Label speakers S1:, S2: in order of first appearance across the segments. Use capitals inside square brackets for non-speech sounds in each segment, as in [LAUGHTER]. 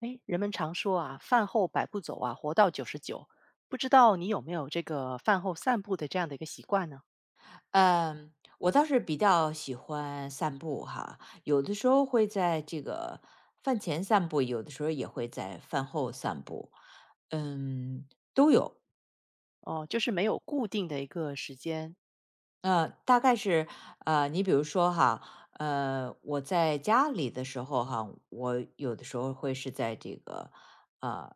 S1: 哎，人们常说啊，饭后百步走啊，活到九十九。不知道你有没有这个饭后散步的这样的一个习惯呢？
S2: 嗯，我倒是比较喜欢散步哈，有的时候会在这个饭前散步，有的时候也会在饭后散步。嗯，
S1: 哦，就是没有固定的一个时间。
S2: 大概是，你比如说哈，我在家里的时候哈，我有的时候会是在这个，呃，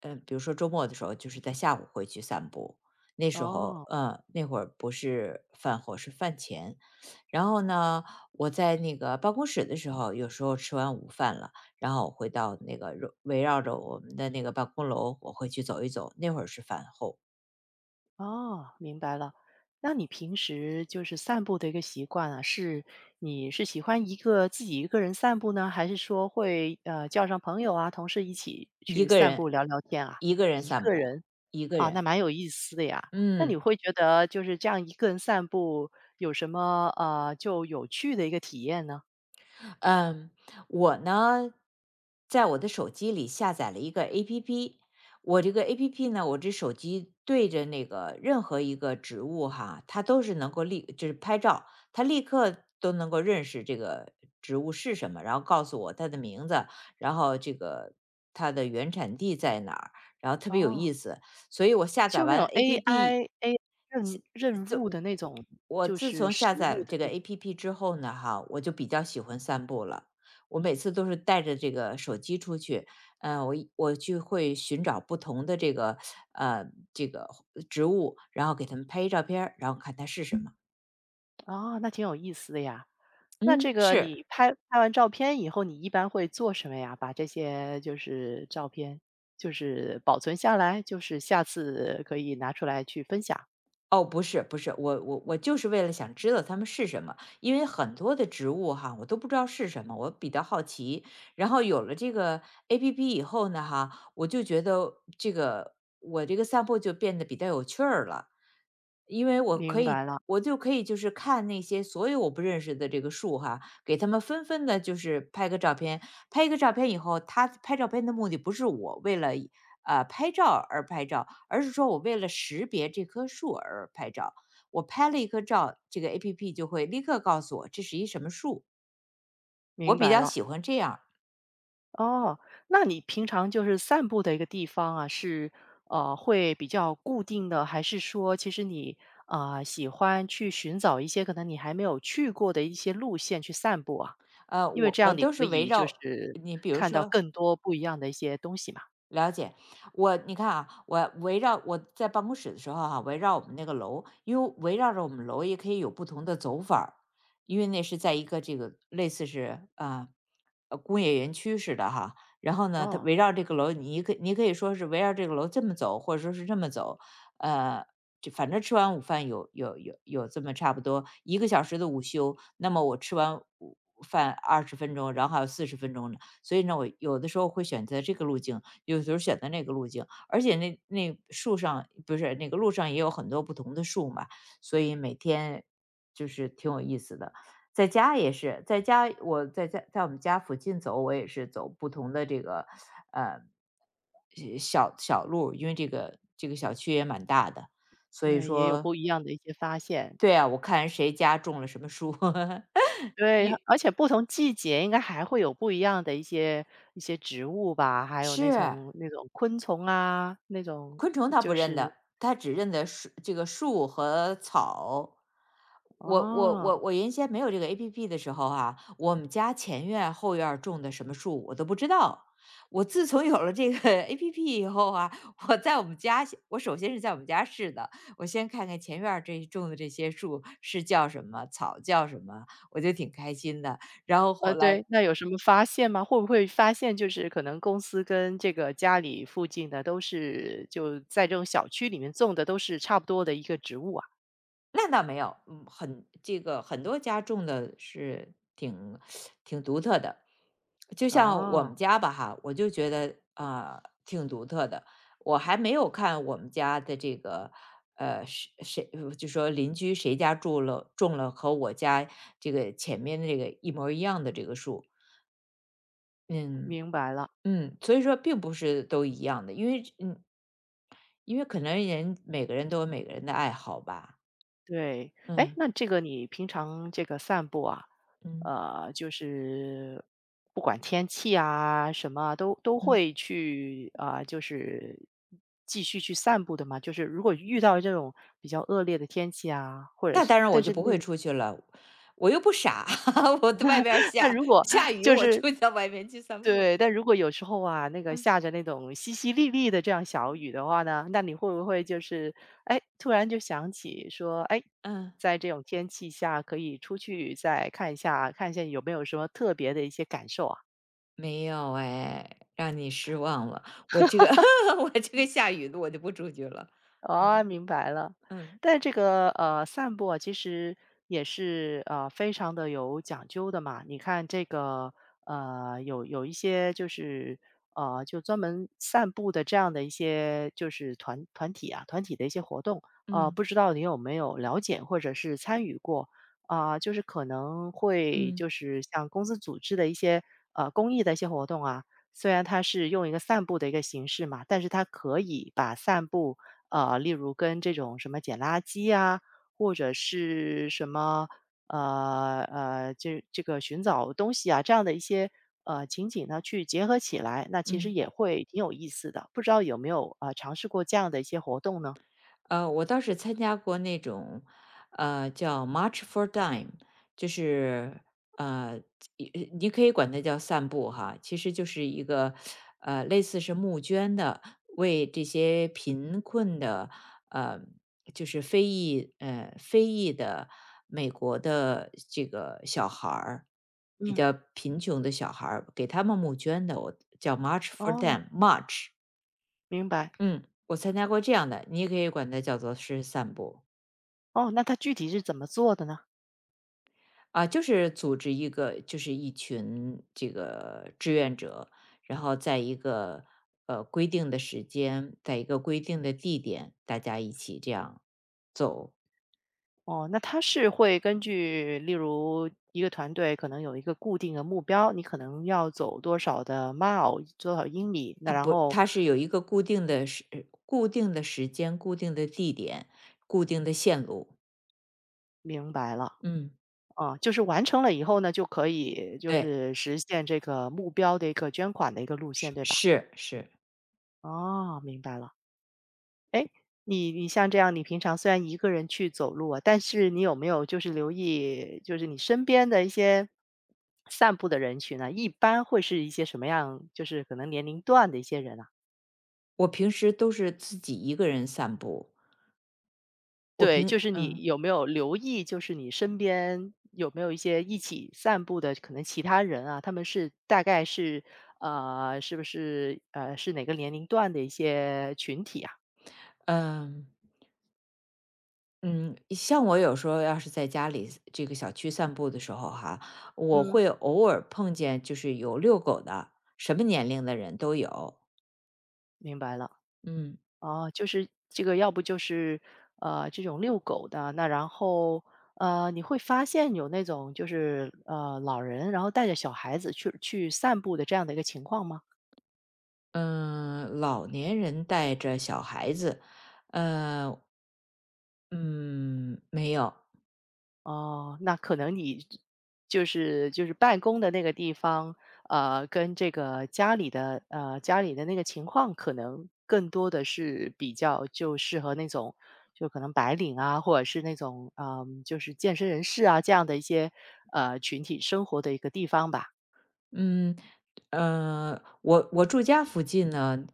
S2: 比如说周末的时候，就是在下午会去散步。那时候，
S1: 哦。
S2: 那会儿不是饭后，是饭前。然后呢，我在那个办公室的时候，有时候吃完午饭了，然后我会到那个围绕着我们的那个办公楼，我会去走一走。那会儿是饭后，
S1: 哦，明白了。那你平时就是散步的一个习惯啊，是你是喜欢一个自己一个人散步呢，还是说会叫上朋友啊、同事一起
S2: 一
S1: 去
S2: 个
S1: 散步
S2: 人，
S1: 聊聊天啊？
S2: 一个人
S1: 一
S2: 散
S1: 个
S2: 步，
S1: 人
S2: 一个
S1: 啊，那
S2: 人。
S1: 蛮有意思的呀。那你
S2: 嗯，
S1: 会觉得就是这样一个人散步有什么就有趣的一个体验呢？
S2: 嗯，我呢，在我的手机里下载了一个 APP，我这个 APP 呢，我这手机对着那个任何一个植物哈，它都是能够立，就是拍照，它立刻都能够认识这个植物是什么，然后告诉我它的名字，然后这个它的原产地在哪儿，然后特别有
S1: 哦，
S2: 意思，所以我下载
S1: 就那种
S2: 完 APP。
S1: AI 任
S2: 就。
S1: 务的那种，
S2: 我
S1: 就
S2: 自
S1: 是
S2: 从下
S1: 食
S2: 载
S1: 物
S2: 了
S1: 的
S2: 这个
S1: 那种
S2: APP 之后呢，哈，我就比较喜欢散步了。我每次都是带着这个手机出去，我就会寻找不同的这个呃这个植物，然后给它们拍一照片儿然后看它是什么。
S1: 哦，那挺有意思的呀。那
S2: 嗯，
S1: 这个
S2: 是。
S1: 你拍完照片以后，你一般会做什么呀？把这些就是照片，就是保存下来，就是下次可以拿出来去分享。
S2: 哦，不是，我就是为了想知道它们是什么，因为很多的植物哈，我都不知道是什么，我比较好奇。然后有了这个 APP 以后呢，哈，我就觉得这个我这个散步就变得比较有趣儿了，因为我可
S1: 明白
S2: 以，
S1: 了，
S2: 我就可以就是看那些所有我不认识的这个树哈，给他们纷纷的，就是拍个照片。拍一个照片以后，他拍照片的目的不是我为了拍照而拍照，而是说我为了识别这棵树而拍照。我拍了一棵照，这个 APP 就会立刻告诉我这是一什么树。我
S1: 明
S2: 比
S1: 白
S2: 较
S1: 了。
S2: 喜欢这样，
S1: 哦，那你平常就是散步的一个地方啊，是会比较固定的，还是说其实你喜欢去寻找一些可能你还没有去过的一些路线去散步啊？因为
S2: 我
S1: 这
S2: 我
S1: 样你
S2: 都
S1: 可
S2: 是围
S1: 以就
S2: 绕
S1: 是
S2: 你比如
S1: 看到
S2: 说
S1: 更多不一样的一些东西嘛。
S2: 了解，我你看啊，我围绕我在办公室的时候哈，围绕我们那个楼，因为围绕着我们楼也可以有不同的走法儿，因为那是在一个这个类似是啊工业园区似的哈。然后呢，它
S1: 哦。
S2: 围绕这个楼，你可以说是围绕这个楼这么走，或者说是这么走，呃，就反正吃完午饭有这么差不多一个小时的午休，那么我吃完午饭20分钟，然后还有四十分钟呢，所以呢，我有的时候会选择这个路径。有时候选择那个路径，而且那那树上不是那个路上也有很多不同的树嘛，所以每天就是挺有意思的。在家也是，在家我在我们家附近走，我也是走不同的这个呃小路，因为这个小区也蛮大的，所以
S1: 对，也有
S2: 说
S1: 不一样的一些发现。
S2: 对啊，我看谁家种了什么树，
S1: 对，而且不同季节应该还会有不一样的一些植物吧，
S2: [LAUGHS]
S1: 还有那
S2: 是
S1: 种那种昆虫啊，那种
S2: 昆虫它不
S1: 就
S2: 认
S1: 是
S2: 得，它只认得树这个树和草。我我我
S1: 哦，
S2: 我原先没有这个 APP 的时候啊，我们家前院后院儿种的什么树我都不知道。我自从有了这个 [LAUGHS] APP 以后啊，我在我们家先我首先是在我们家试的，我先看看前院儿这种的这些树是叫什么，草叫什么，我就挺开心的。然后后来
S1: 对，那有什么发现吗？会不会发现就是可能公司跟这个家里附近的都是就在这种小区里面种的都是差不多的一个植物啊？
S2: 那倒没有，嗯，很这个很多家种的是挺独特的，就像我
S1: 哦，
S2: 们家吧哈，我就觉得啊、挺独特的。我还没有看我们家的这个呃谁谁呃就说邻居谁家住了种了和我家这个前面的这个一模儿一样的这个树，嗯
S1: 明白了。
S2: 所以说并不是都一样的，因为因为可能人每个人都有每个人的爱好吧，
S1: 对，哎，
S2: 嗯
S1: 那这个你平常这个散步啊，
S2: 嗯
S1: 就是不管天气啊什么啊，都
S2: 嗯。
S1: 会去啊、就是继续去散步的嘛。就是如果遇到这种比较恶劣的天气啊，或者
S2: 那
S1: 是，
S2: 当然我
S1: 但
S2: 就
S1: 是
S2: 不
S1: 那
S2: 会出去了，我又不傻，[LAUGHS] 我在外边儿
S1: [LAUGHS] 那
S2: 下
S1: 如果
S2: 下雨，
S1: 就
S2: 我
S1: 是
S2: 就到外面去散步。
S1: 对，但如果有时候啊，那个
S2: 嗯，
S1: 下着那种淅淅沥沥的这样小雨的话呢，那你会不会就是，哎，突然就想起说，哎，
S2: 嗯，
S1: 在这种天气下可以出去再看一下，看一下有没有什么特别的一些感受啊？
S2: 没有哎，让你失望了。我这个 [LAUGHS] 我这个下雨的我就不出去了。
S1: 哦，
S2: 嗯
S1: 明白了。
S2: 嗯
S1: 但这个散步啊，其实也是非常的有讲究的嘛。你看这个有一些就是就专门散步的这样的一些就是团体啊，团体的一些活动
S2: 嗯
S1: 不知道你有没有了解或者是参与过啊、就是可能会
S2: 嗯
S1: 就是像公司组织的一些公益的一些活动啊，虽然它是用一个散步的一个形式嘛，但是它可以把散步。例如跟这种什么捡垃圾呀，或者是什么这个寻找东西啊，这样的一些情景呢，去结合起来，那其实
S2: 嗯。
S1: 也会挺有意思的。不知道有没有尝试过这样的一些活动呢？
S2: 我倒是参加过那种，叫 March for Dime，就是呃，一你可以管它叫散步哈，其实就是一个类似是募捐的，为这些贫困的呃，就是非裔的美国的这个小孩儿，比
S1: 嗯，
S2: 较贫穷的小孩儿，给他们募捐的，我叫 March for
S1: 哦，
S2: Them，March
S1: 明白。
S2: 嗯，我参加过这样的，你也可以管它叫做是散步
S1: 哦，那他具体是怎么做的呢？
S2: 啊，就是组织一个，就是一群这个志愿者，然后在一个规定的时间，在一个规定的地点，大家一起这样走。
S1: 哦，那他是会根据，例如一个团队可能有一个固定的目标，你可能要走多少的 mile，多少英里，那
S2: 它
S1: 然
S2: 不，
S1: 后
S2: 它是有一个固定的时间、固定的地点、固定的线路。
S1: 明白了。
S2: 嗯，
S1: 啊，就是完成了以后呢，就可以就
S2: 对，
S1: 是实现这个目标的一个捐款的一个路线，
S2: 是
S1: 对吧？
S2: 是是，
S1: 哦，明白了。哎，你像这样，你平常虽然一个人去走路啊，但是你有没有就是留意，就是你身边的一些散步的人群呢？一般会是一些什么样？就是可能年龄段的一些人啊？
S2: 我平时都是自己一个人散步。我
S1: 对，
S2: 平
S1: 就是你
S2: 嗯
S1: 有没有留意，就是你身边有没有一些一起散步的可能其他人啊，他们是大概是是不是是哪个年龄段的一些群体啊？
S2: 嗯。嗯，像我有时候要是在家里这个小区散步的时候哈，我
S1: 嗯，
S2: 会偶尔碰见就是有遛狗的，什么年龄的人都有。
S1: 明白了。
S2: 嗯
S1: 哦，就是这个，要不就是这种遛狗的，那然后你会发现有那种就是老人然后带着小孩子去散步的这样的一个情况吗？
S2: 嗯，老年人带着小孩子，呃嗯没有，
S1: 哦，那可能你就是办公的那个地方，跟这个家里的那个情况，可能更多的是比较就适合那种就可能白领啊，或者是那种就是健身人士啊这样的一些群体生活的一个地方吧。
S2: 嗯我我住家附近呢，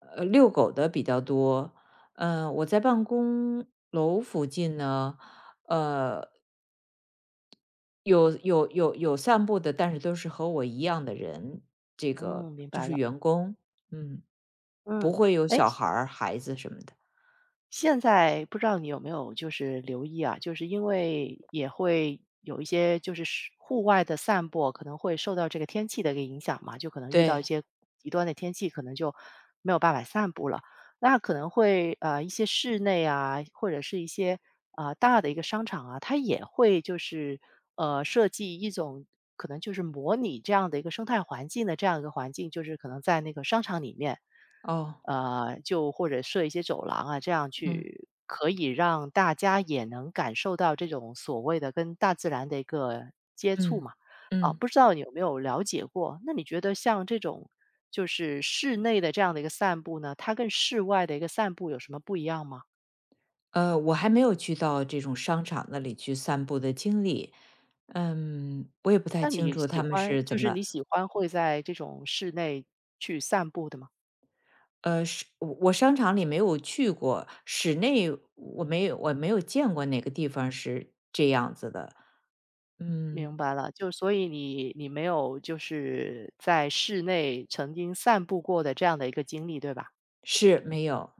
S2: 遛狗的比较多。我在办公楼附近呢，呃有散步的，但是都是和我一样的人，这个
S1: 嗯，明
S2: 就
S1: 白
S2: 是
S1: 了。
S2: 员工，嗯，不
S1: 嗯，
S2: 会有
S1: 哎，
S2: 小孩儿、孩子什么的。
S1: 现在不知道你有没有就是留意啊，就是因为也会有一些就是是户外的散步，可能会受到这个天气的一个影响嘛，就可能遇到一
S2: 对，
S1: 些极端的天气，可能就没有办法散步了。那可能会一些室内啊，或者是一些大的一个商场啊，它也会就是，设计一种可能就是模拟这样的一个生态环境的这样一个环境，就是可能在那个商场里面，
S2: 哦，
S1: 就或者设一些走廊啊，这样
S2: 嗯
S1: 去可以让大家也能感受到这种所谓的跟大自然的一个接触
S2: 嗯
S1: 嘛。啊，
S2: 嗯，
S1: 不知道你有没有了解过？那你觉得像这种就是室内的这样的一个散步呢，它跟室外的一个散步有什么不一样吗？
S2: 我还没有去到这种商场那里去散步的经历，嗯，我也不太
S1: 那
S2: 清
S1: 你
S2: 楚
S1: 喜
S2: 他们
S1: 欢
S2: 是
S1: 就
S2: 怎
S1: 是
S2: 么，
S1: 你喜欢会在这种室内去散步的吗？
S2: 是我我商场里没有去过，室内我没有见过哪个地方是这样子的，
S1: 明
S2: 嗯，
S1: 白了，就所以你没有就是在室内曾经散步过的这样的一个经历，对吧？
S2: 是没有。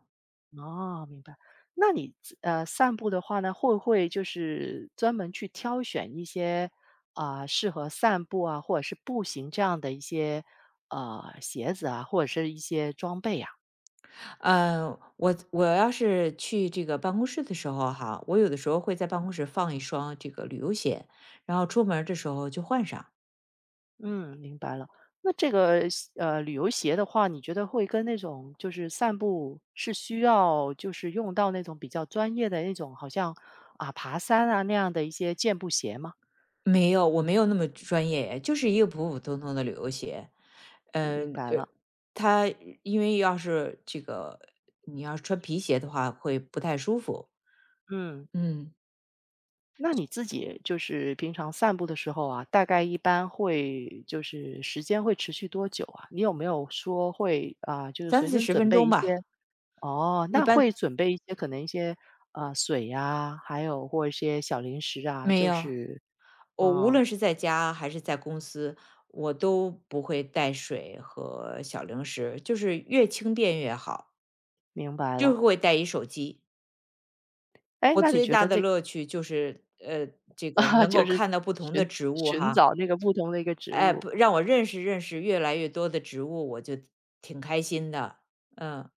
S1: 哦，明白。那你散步的话呢，会不会就是专门去挑选一些适合散步啊，或者是步行这样的一些鞋子啊，或者是一些装备呀、
S2: 呃，我要是去这个办公室的时候哈，我有的时候会在办公室放一双这个旅游鞋，然后出门儿的时候就换上。
S1: 嗯，明白了。那这个旅游鞋的话，你觉得会跟那种就是散步是需要就是用到那种比较专业的那种，好像啊爬山啊那样的一些健步鞋吗？
S2: 没有，我没有那么专业，就是一个普普通通的旅游鞋。
S1: 嗯明
S2: 嗯
S1: 白
S2: 呃，
S1: 了，
S2: 它因为要是这个你要是穿皮鞋的话，会不太舒服。
S1: 嗯。
S2: 嗯，
S1: 那你自己就是平常散步的时候啊，大概一般会就是时间会持续多久啊？你有没有说会啊，就是
S2: 三
S1: 随
S2: 四
S1: 身
S2: 十
S1: 准
S2: 分
S1: 备一
S2: 钟
S1: 些？
S2: 吧，
S1: 哦，
S2: 一
S1: 那
S2: 般
S1: 会准备一些可能一些啊水呀，还有或一些小零食啊，
S2: 没
S1: 就
S2: 有。
S1: 是
S2: 我无
S1: 嗯，
S2: 论是在家还是在公司，我都不会带水和小零食，就是越轻便越好，
S1: 明白
S2: 就
S1: 了。
S2: 会带一手机。
S1: 哎，
S2: 我
S1: 那你
S2: 最
S1: 觉
S2: 大
S1: 得
S2: 的
S1: 这个
S2: 乐趣就是，这
S1: [LAUGHS]
S2: 个
S1: 啊，
S2: 能
S1: 就
S2: 够
S1: 是
S2: 看到不同
S1: 寻
S2: 的植物
S1: 寻
S2: 哈，
S1: 找那个不同的一个植
S2: 哎，
S1: 物，
S2: 不让我认识认识越来越多的植物，我就挺开心的。嗯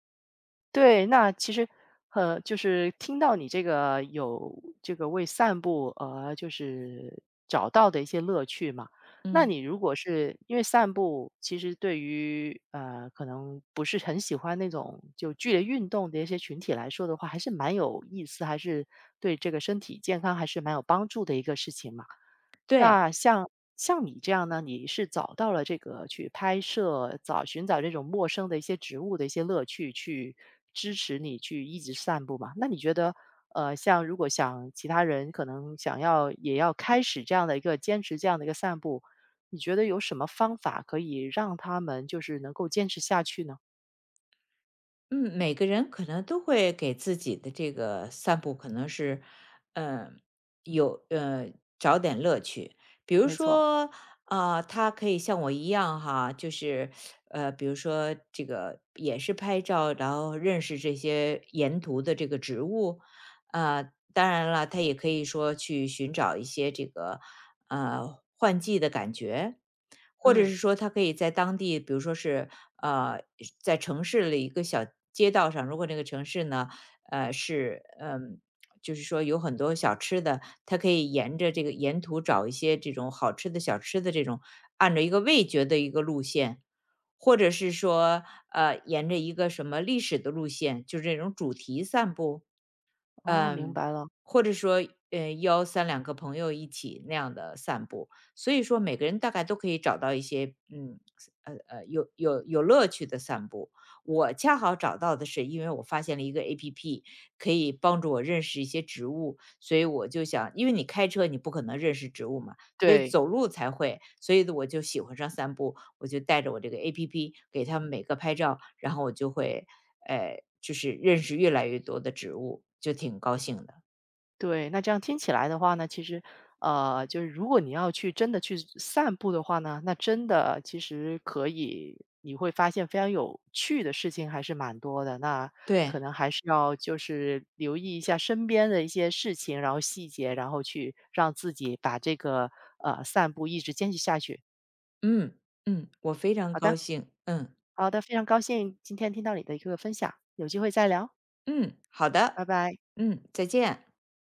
S1: 对，那其实，就是听到你这个有这个为散步而就是找到的一些乐趣嘛，那
S2: 嗯，
S1: 你如果是因为散步，其实对于可能不是很喜欢那种就剧烈运动的一些群体来说的话，还是蛮有意思，还是对这个身体健康还是蛮有帮助的一个事情嘛。
S2: 对。
S1: 那像你这样呢，你是找到了这个去拍摄，寻找这种陌生的一些植物的一些乐趣，去支持你去一直散步嘛？那你觉得，像如果想其他人可能想要也要开始这样的一个坚持这样的一个散步，你觉得有什么方法可以让他们就是能够坚持下去呢？
S2: 嗯，每个人可能都会给自己的这个散步，可能是，嗯，有找点乐趣。比如
S1: 没错，
S2: 说，啊、他可以像我一样哈，就是比如说这个也是拍照，然后认识这些沿途的这个植物。啊，当然了，他也可以说去寻找一些这个换季的感觉。或者
S1: 嗯，
S2: 是说他可以在当地，比如说是呃，在城市的一个小街道上，如果那个城市呢，是就是说有很多小吃的，他可以沿着这个沿途找一些这种好吃的小吃的这种，按照一个味觉的一个路线，或者是说沿着一个什么历史的路线，就是这种主题散步。
S1: 哦，明
S2: 嗯，
S1: 白了，
S2: 或者说，邀三两个朋友一起那样的散步，所以说每个人大概都可以找到一些，嗯，有乐趣的散步。我恰好找到的是，因为我发现了一个 APP，可以帮助我认识一些植物，所以我就想，因为你开车你不可能认识植物嘛，所以
S1: 对。
S2: 走路才会，所以我就喜欢上散步，我就带着我这个 APP 给他们每个拍照，然后我就会就是认识越来越多的植物，就挺高兴的。
S1: 对，那这样听起来的话呢，其实，就是如果你要去真的去散步的话呢，那真的其实可以，你会发现非常有趣的事情还是蛮多的。那可
S2: 对，
S1: 能还是要就是留意一下身边的一些事情，然后细节，然后去让自己把这个散步一直坚持下去。
S2: 嗯我非常
S1: 好
S2: 高
S1: 的，
S2: 兴，
S1: 好的，非常高兴今天听到你的一个分享，有机会再聊，
S2: 嗯，好的，
S1: 拜拜。
S2: 嗯，再见。